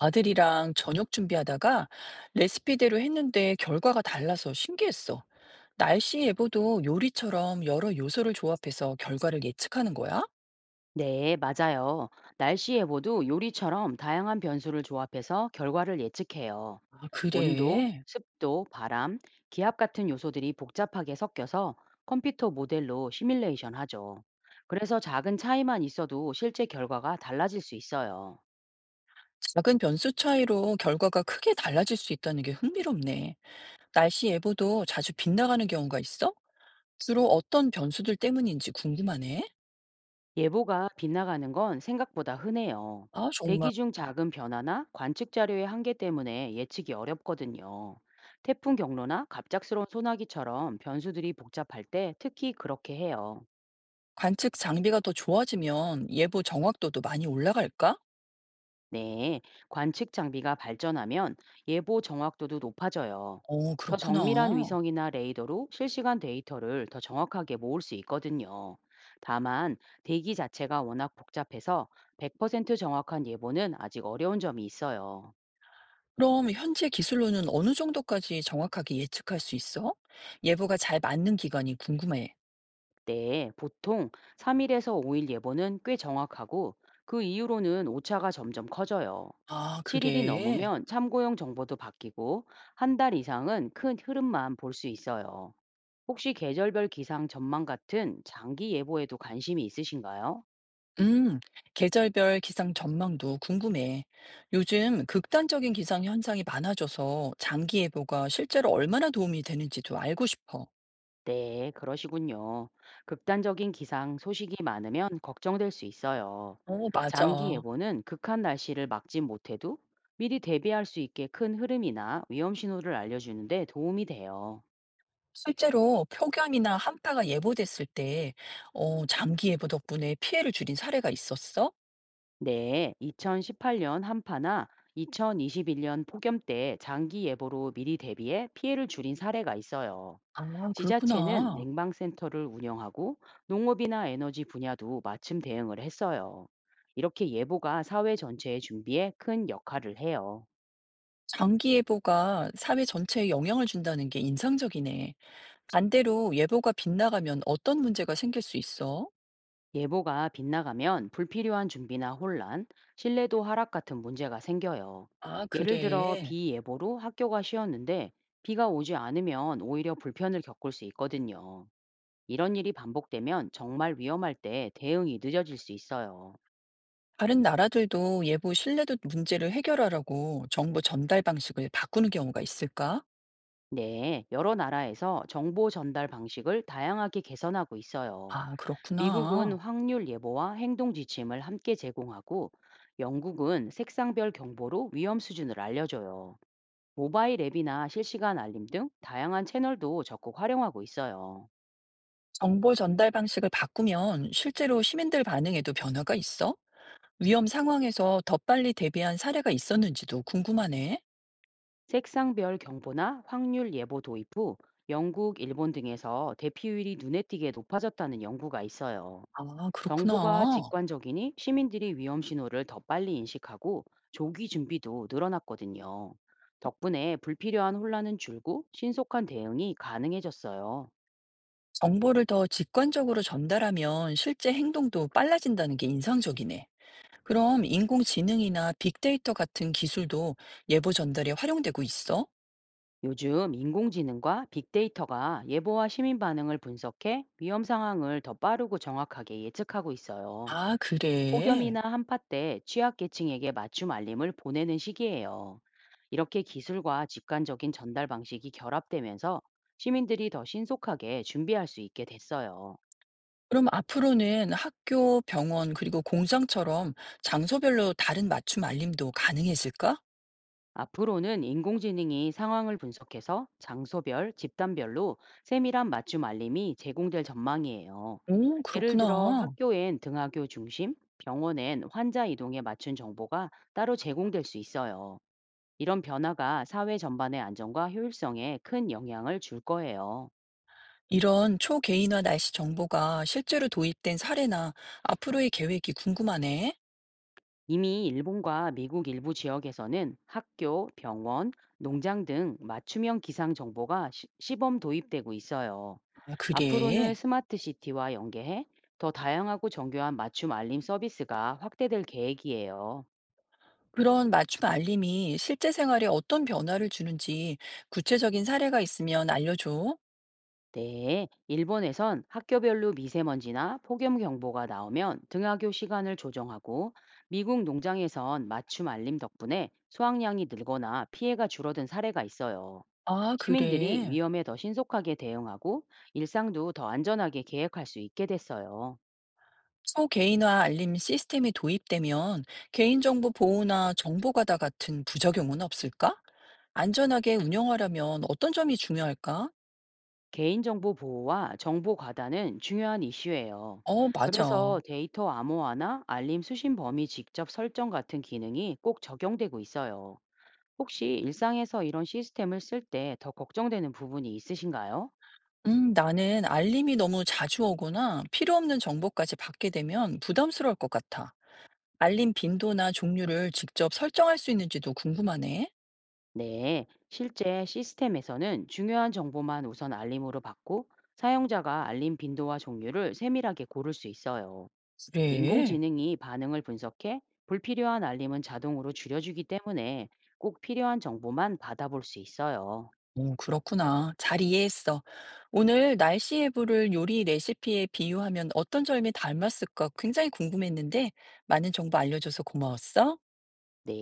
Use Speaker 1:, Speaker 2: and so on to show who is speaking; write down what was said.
Speaker 1: 아들이랑 저녁 준비하다가 레시피대로 했는데 결과가 달라서 신기했어. 날씨 예보도 요리처럼 여러 요소를 조합해서 결과를 예측하는 거야?
Speaker 2: 네, 맞아요. 날씨 예보도 요리처럼 다양한 변수를 조합해서 결과를 예측해요.
Speaker 1: 아,
Speaker 2: 온도,
Speaker 1: 그래.
Speaker 2: 습도, 바람, 기압 같은 요소들이 복잡하게 섞여서 컴퓨터 모델로 시뮬레이션 하죠. 그래서 작은 차이만 있어도 실제 결과가 달라질 수 있어요.
Speaker 1: 작은 변수 차이로 결과가 크게 달라질 수 있다는 게 흥미롭네. 날씨 예보도 자주 빗나가는 경우가 있어? 주로 어떤 변수들 때문인지 궁금하네.
Speaker 2: 예보가 빗나가는 건 생각보다 흔해요.
Speaker 1: 아, 정말.
Speaker 2: 대기 중 작은 변화나 관측 자료의 한계 때문에 예측이 어렵거든요. 태풍 경로나 갑작스러운 소나기처럼 변수들이 복잡할 때 특히 그렇게 해요.
Speaker 1: 관측 장비가 더 좋아지면 예보 정확도도 많이 올라갈까?
Speaker 2: 네, 관측 장비가 발전하면 예보 정확도도 높아져요.
Speaker 1: 어,
Speaker 2: 더 정밀한
Speaker 1: 그렇구나.
Speaker 2: 위성이나 레이더로 실시간 데이터를 더 정확하게 모을 수 있거든요. 다만 대기 자체가 워낙 복잡해서 100% 정확한 예보는 아직 어려운 점이 있어요.
Speaker 1: 그럼 현재 기술로는 어느 정도까지 정확하게 예측할 수 있어? 예보가 잘 맞는 기간이 궁금해.
Speaker 2: 네, 보통 3일에서 5일 예보는 꽤 정확하고 그 이후로는 오차가 점점 커져요.
Speaker 1: 아,
Speaker 2: 7일이
Speaker 1: 그래?
Speaker 2: 넘으면 참고용 정보도 바뀌고 한 달 이상은 큰 흐름만 볼 수 있어요. 혹시 계절별 기상 전망 같은 장기 예보에도 관심이 있으신가요?
Speaker 1: 음, 계절별 기상 전망도 궁금해. 요즘 극단적인 기상 현상이 많아져서 장기 예보가 실제로 얼마나 도움이 되는지도 알고 싶어.
Speaker 2: 네, 그러시군요. 극단적인 기상 소식이 많으면 걱정될 수 있어요.
Speaker 1: 어,
Speaker 2: 장기
Speaker 1: 맞아.
Speaker 2: 예보는 극한 날씨를 막지 못해도 미리 대비할 수 있게 큰 흐름이나 위험 신호를 알려주는데 도움이 돼요.
Speaker 1: 실제로 폭염이나 한파가 예보됐을 때, 장기 예보 덕분에 피해를 줄인 사례가 있었어?
Speaker 2: 네, 2018년 한파나 2021년 폭염 때 장기 예보로 미리 대비해 피해를 줄인 사례가 있어요.
Speaker 1: 아,
Speaker 2: 지자체는
Speaker 1: 그렇구나.
Speaker 2: 냉방센터를 운영하고 농업이나 에너지 분야도 맞춤 대응을 했어요. 이렇게 예보가 사회 전체의 준비에 큰 역할을 해요.
Speaker 1: 장기 예보가 사회 전체에 영향을 준다는 게 인상적이네. 반대로 예보가 빗나가면 어떤 문제가 생길 수 있어?
Speaker 2: 예보가 빗나가면 불필요한 준비나 혼란, 신뢰도 하락 같은 문제가 생겨요.
Speaker 1: 아,
Speaker 2: 예를 들어
Speaker 1: 그래.
Speaker 2: 비 예보로 학교가 쉬었는데 비가 오지 않으면 오히려 불편을 겪을 수 있거든요. 이런 일이 반복되면 정말 위험할 때 대응이 늦어질 수 있어요.
Speaker 1: 다른 나라들도 예보 신뢰도 문제를 해결하라고 정보 전달 방식을 바꾸는 경우가 있을까?
Speaker 2: 네, 여러 나라에서 정보 전달 방식을 다양하게 개선하고 있어요.
Speaker 1: 아,
Speaker 2: 미국은
Speaker 1: 그렇구나.
Speaker 2: 확률 예보와 행동 지침을 함께 제공하고, 영국은 색상별 경보로 위험 수준을 알려줘요. 모바일 앱이나 실시간 알림 등 다양한 채널도 적극 활용하고 있어요.
Speaker 1: 정보 전달 방식을 바꾸면 실제로 시민들 반응에도 변화가 있어? 위험 상황에서 더 빨리 대비한 사례가 있었는지도 궁금하네.
Speaker 2: 색상별 경보나 확률 예보 도입 후 영국, 일본 등에서 대피율이 눈에 띄게 높아졌다는 연구가 있어요.
Speaker 1: 아,
Speaker 2: 정보가
Speaker 1: 그렇구나.
Speaker 2: 직관적이니 시민들이 위험 신호를 더 빨리 인식하고 조기 준비도 늘어났거든요. 덕분에 불필요한 혼란은 줄고 신속한 대응이 가능해졌어요.
Speaker 1: 정보를 더 직관적으로 전달하면 실제 행동도 빨라진다는 게 인상적이네. 그럼 인공지능이나 빅데이터 같은 기술도 예보 전달에 활용되고 있어?
Speaker 2: 요즘 인공지능과 빅데이터가 예보와 시민 반응을 분석해 위험 상황을 더 빠르고 정확하게 예측하고 있어요.
Speaker 1: 아, 그래.
Speaker 2: 폭염이나 한파 때 취약계층에게 맞춤 알림을 보내는 시기예요. 이렇게 기술과 직관적인 전달 방식이 결합되면서 시민들이 더 신속하게 준비할 수 있게 됐어요.
Speaker 1: 그럼 앞으로는 학교, 병원, 그리고 공장처럼 장소별로 다른 맞춤 알림도 가능해질까?
Speaker 2: 앞으로는 인공지능이 상황을 분석해서 장소별, 집단별로 세밀한 맞춤 알림이 제공될 전망이에요.
Speaker 1: 오,
Speaker 2: 예를 들어
Speaker 1: 그렇구나.
Speaker 2: 학교엔 등하교 중심, 병원엔 환자 이동에 맞춘 정보가 따로 제공될 수 있어요. 이런 변화가 사회 전반의 안정과 효율성에 큰 영향을 줄 거예요.
Speaker 1: 이런 초개인화 날씨 정보가 실제로 도입된 사례나 앞으로의 계획이 궁금하네.
Speaker 2: 이미 일본과 미국 일부 지역에서는 학교, 병원, 농장 등 맞춤형 기상 정보가 시범 도입되고 있어요.
Speaker 1: 아,
Speaker 2: 앞으로는
Speaker 1: 그래.
Speaker 2: 스마트 시티와 연계해 더 다양하고 정교한 맞춤 알림 서비스가 확대될 계획이에요.
Speaker 1: 그런 맞춤 알림이 실제 생활에 어떤 변화를 주는지 구체적인 사례가 있으면 알려줘.
Speaker 2: 네, 일본에선 학교별로 미세먼지나 폭염 경보가 나오면 등하교 시간을 조정하고 미국 농장에선 맞춤 알림 덕분에 수확량이 늘거나 피해가 줄어든 사례가 있어요.
Speaker 1: 아,
Speaker 2: 시민들이
Speaker 1: 그래.
Speaker 2: 위험에 더 신속하게 대응하고 일상도 더 안전하게 계획할 수 있게 됐어요.
Speaker 1: 소개인화 알림 시스템이 도입되면 개인정보 보호나 정보 가다 같은 부작용은 없을까? 안전하게 운영하려면 어떤 점이 중요할까?
Speaker 2: 개인정보 보호와 정보 과다는 중요한 이슈예요.
Speaker 1: 어,
Speaker 2: 그래서
Speaker 1: 맞아.
Speaker 2: 데이터 암호화나 알림 수신 범위 직접 설정 같은 기능이 꼭 적용되고 있어요. 혹시 일상에서 이런 시스템을 쓸 때 더 걱정되는 부분이 있으신가요?
Speaker 1: 나는 알림이 너무 자주 오거나 필요 없는 정보까지 받게 되면 부담스러울 것 같아. 알림 빈도나 종류를 직접 설정할 수 있는지도 궁금하네.
Speaker 2: 네, 실제 시스템에서는 중요한 정보만 우선 알림으로 받고 사용자가 알림 빈도와 종류를 세밀하게 고를 수 있어요.
Speaker 1: 그래.
Speaker 2: 인공지능이 반응을 분석해 불필요한 알림은 자동으로 줄여주기 때문에 꼭 필요한 정보만 받아볼 수 있어요.
Speaker 1: 오, 그렇구나. 잘 이해했어. 오늘 날씨 예보를 요리 레시피에 비유하면 어떤 점이 닮았을까 굉장히 궁금했는데 많은 정보 알려줘서 고마웠어.
Speaker 2: 네.